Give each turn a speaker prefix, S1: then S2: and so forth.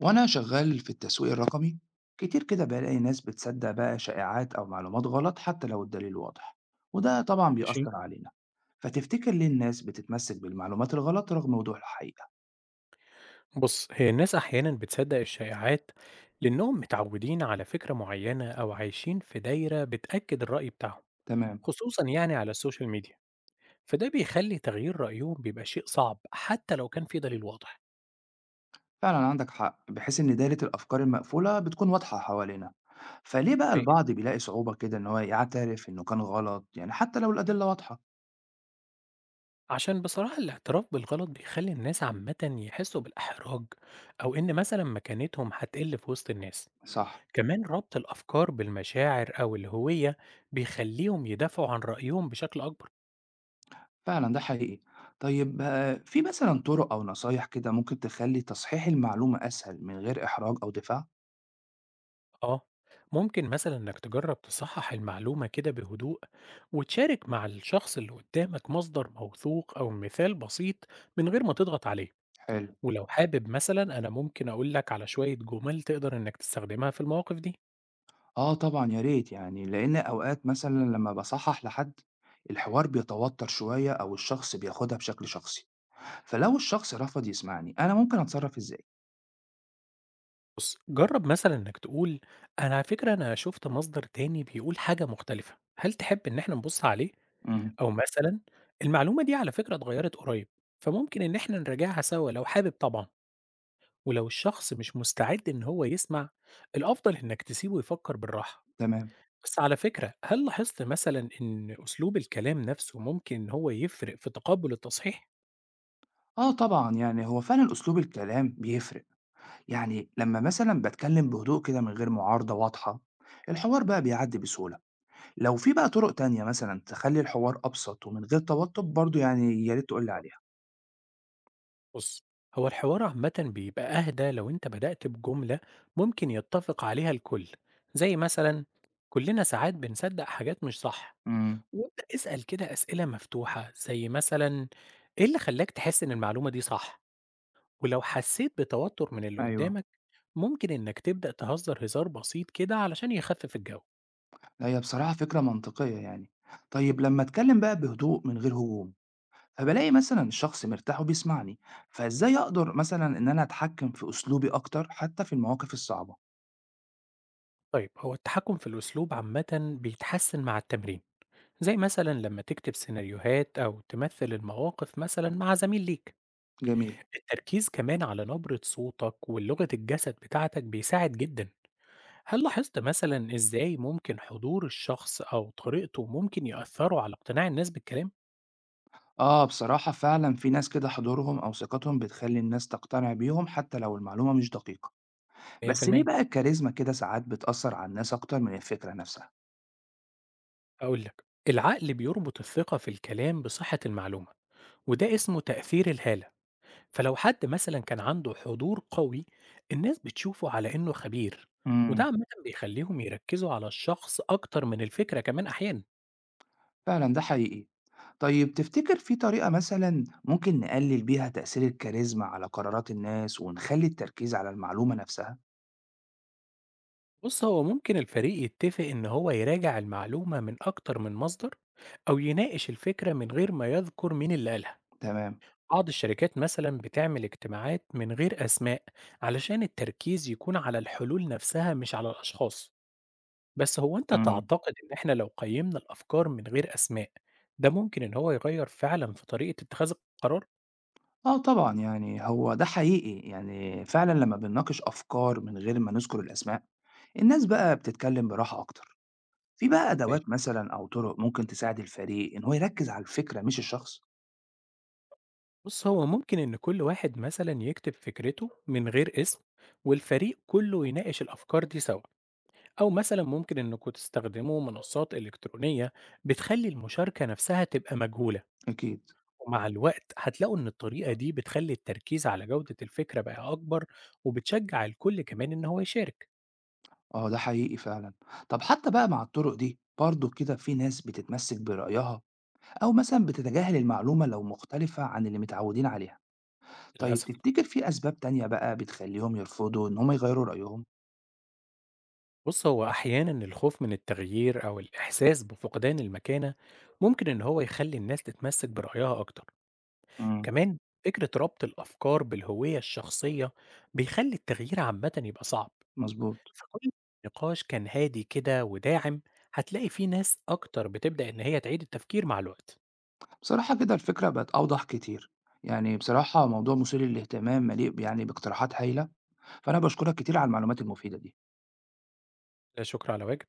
S1: وأنا شغال في التسويق الرقمي، كتير كده بلاقي ناس بتصدق بقى شائعات أو معلومات غلط حتى لو الدليل واضح. وده طبعا
S2: ماشي.
S1: بيأثر علينا. فتفتكر ليه الناس بتتمسك بالمعلومات الغلط رغم وضوح الحقيقة؟
S2: بُص، هي الناس أحيانًا بتصدّق الشائعات لإنهم متعوّدين على فكرة معيّنة أو عايشين في دايرة بتأكد الرأي بتاعهم،
S1: تمام.
S2: خصوصًا يعني على السوشيال ميديا، فده بيخلّي تغيير رأيهم بيبقى شيء صعب حتى لو كان في دليل واضح.
S1: فعلا عندك حق، بحيث إن دايرة الأفكار المقفولة بتكون واضحة حوالينا. فليه بقى
S2: صحيح.
S1: البعض بيلاقي صعوبة كده إن هو يعترف إنه كان غلط، يعني حتى لو الأدلة واضحة؟
S2: عشان بصراحة الاعتراف بالغلط بيخلّي الناس عامةً يحسّوا بالإحراج أو إن مثلًا مكانتهم هتقِل في وسط الناس.
S1: صح.
S2: كمان ربط الأفكار بالمشاعر أو الهوية بيخلّيهم يدافعوا عن رأيهم بشكل أكبر.
S1: فعلًا ده حقيقي. طيب في مثلًا طُرق أو نصايح كده ممكن تخلّي تصحيح المعلومة أسهل من غير إحراج أو دفاع؟
S2: آه، ممكن مثلا إنك تجرب تصحح المعلومة كده بهدوء، وتشارك مع الشخص اللي قدامك مصدر موثوق أو مثال بسيط من غير ما تضغط عليه.
S1: حلو.
S2: ولو حابب مثلا أنا ممكن أقول لك على شوية جمل تقدر إنك تستخدمها في المواقف دي.
S1: آه طبعًا، يا ريت يعني، لإن أوقات مثلًا لمّا باصحّح لحد، الحوار بيتوتر شوية أو الشخص بياخدها بشكل شخصي، فلو الشخص رفض يسمعني أنا ممكن أتصرّف إزاي؟
S2: بص، جرب مثلا إنك تقول: أنا على فكرة أنا شفت مصدر تاني بيقول حاجة مختلفة، هل تحب إن إحنا نبص عليه؟
S1: إمم.
S2: أو مثلا: المعلومة دي على فكرة اتغيرت قريب، فممكن إن إحنا نراجعها سوا لو حابب طبعا. ولو الشخص مش مستعد إن هو يسمع، الأفضل إنك تسيبه يفكر بالراحة.
S1: تمام.
S2: بس على فكرة، هل لاحظت مثلا إن أسلوب الكلام نفسه ممكن إن هو يفرق في تقبل التصحيح؟
S1: آه طبعًا، يعني هو فعلًا أسلوب الكلام بيفرق، يعني لمّا مثلًا باتكلم بهدوء كده من غير معارضة واضحة، الحوار بقى بيعدّي بسهولة. لو في بقى طرق تانية مثلًا تخلّي الحوار أبسط ومن غير توتر برضه، يعني يا ريت تقول لي عليها.
S2: بص، هو الحوار عامة بيبقى أهدى لو أنت بدأت بجملة ممكن يتفق عليها الكل، زي مثلا: كلنا ساعات بنصدق حاجات مش صح.
S1: إمم،
S2: وابدأ اسأل كده أسئلة مفتوحة، زي مثلا: إيه اللي خلاك تحس إن المعلومة دي صح؟ ولو حسيت بتوتر من اللي
S1: أيوه.
S2: قدامك، ممكن إنك تبدأ تهزر هزار بسيط كده علشان يخفف الجو.
S1: لا هي بصراحة فكرة منطقية يعني. طيب لمّا أتكلم بقى بهدوء من غير هجوم، فبالاقي مثلًا الشخص مرتاح وبيسمعني، فإزاي أقدر مثلًا إن أنا أتحكم في أسلوبي أكتر حتى في المواقف الصعبة؟
S2: طيب، هو التحكم في الأسلوب عامة بيتحسن مع التمرين، زي مثلا لما تكتب سيناريوهات أو تمثل المواقف مثلا مع زميل ليك.
S1: جميل.
S2: التركيز كمان على نبرة صوتك ولغة الجسد بتاعتك بيساعد جدا. هل لاحظت مثلا إزاي ممكن حضور الشخص أو طريقته ممكن يأثروا على اقتناع الناس بالكلام؟
S1: آه بصراحة فعلًا في ناس كده حضورهم أو ثقتهم بتخلّي الناس تقتنع بيهم حتى لو المعلومة مش دقيقة، بس ليه
S2: 100%.
S1: بقى الكاريزما كده ساعات بتأثر على الناس أكتر من الفكرة نفسها؟
S2: أقول لك: العقل بيربط الثقة في الكلام بصحة المعلومة، وده اسمه تأثير الهالة. فلو حد مثلا كان عنده حضور قوي، الناس بتشوفه على إنه خبير، وده
S1: إمم.
S2: عامة بيخليهم يركزوا على الشخص أكتر من الفكرة كمان أحيانا.
S1: فعلا ده حقيقي. طيب تفتكر في طريقة مثلا ممكن نقلل بيها تأثير الكاريزما على قرارات الناس ونخلي التركيز على المعلومة نفسها؟
S2: بص، هو ممكن الفريق يتفق إن هو يراجع المعلومة من أكتر من مصدر، أو يناقش الفكرة من غير ما يذكر مين اللي قالها.
S1: تمام.
S2: بعض الشركات مثلا بتعمل اجتماعات من غير أسماء، علشان التركيز يكون على الحلول نفسها مش على الأشخاص. بس هو أنت
S1: مم.
S2: تعتقد إن إحنا لو قيّمنا الأفكار من غير أسماء، ده ممكن إن هو يغيّر فعلًا في طريقة اتخاذ القرار؟
S1: اه طبعا، يعني هو ده حقيقي، يعني فعلا لما بنناقش أفكار من غير ما نذكر الأسماء، الناس بقى بتتكلم براحة أكتر. في بقى
S2: ماشي.
S1: أدوات مثلا أو طرق ممكن تساعد الفريق إن هو يركز على الفكرة مش الشخص؟
S2: بُص، هو ممكن إن كل واحد مثلًا يكتب فكرته من غير اسم، والفريق كله يناقش الأفكار دي سوا، أو مثلًا ممكن إنكم تستخدموا منصات إلكترونية بتخلّي المشاركة نفسها تبقى مجهولة،
S1: أكيد.
S2: ومع الوقت هتلاقوا إن الطريقة دي بتخلّي التركيز على جودة الفكرة بقى أكبر، وبتشجّع الكل كمان إن هو يشارك.
S1: اه ده حقيقي فعلا. طب حتى بقى مع الطرق دي برضه كده في ناس بتتمسك برأيها أو مثلا بتتجاهل المعلومة لو مختلفة عن اللي متعودين عليها. طيب
S2: للأسف.
S1: تفتكر في أسباب تانية بقى بتخليهم يرفضوا إن هم يغيروا رأيهم؟
S2: بُص، هو أحيانًا الخوف من التغيير أو الإحساس بفقدان المكانة ممكن إن هو يخلّي الناس تتمسّك برأيها أكتر،
S1: امم.
S2: كمان فكرة ربط الأفكار بالهوية الشخصية بيخلّي التغيير عامةً يبقى صعب،
S1: مظبوط.
S2: فكل نقاش كان هادي كده وداعم هتلاقي فيه ناس أكتر بتبدأ إن هي تعيد التفكير مع الوقت.
S1: بصراحة كده الفكرة بقت أوضح كتير، يعني بصراحة موضوع مثير للاهتمام، مليء يعني باقتراحات هايلة، فأنا بشكرك كتير على المعلومات المفيدة دي.
S2: لا شكر على واجب.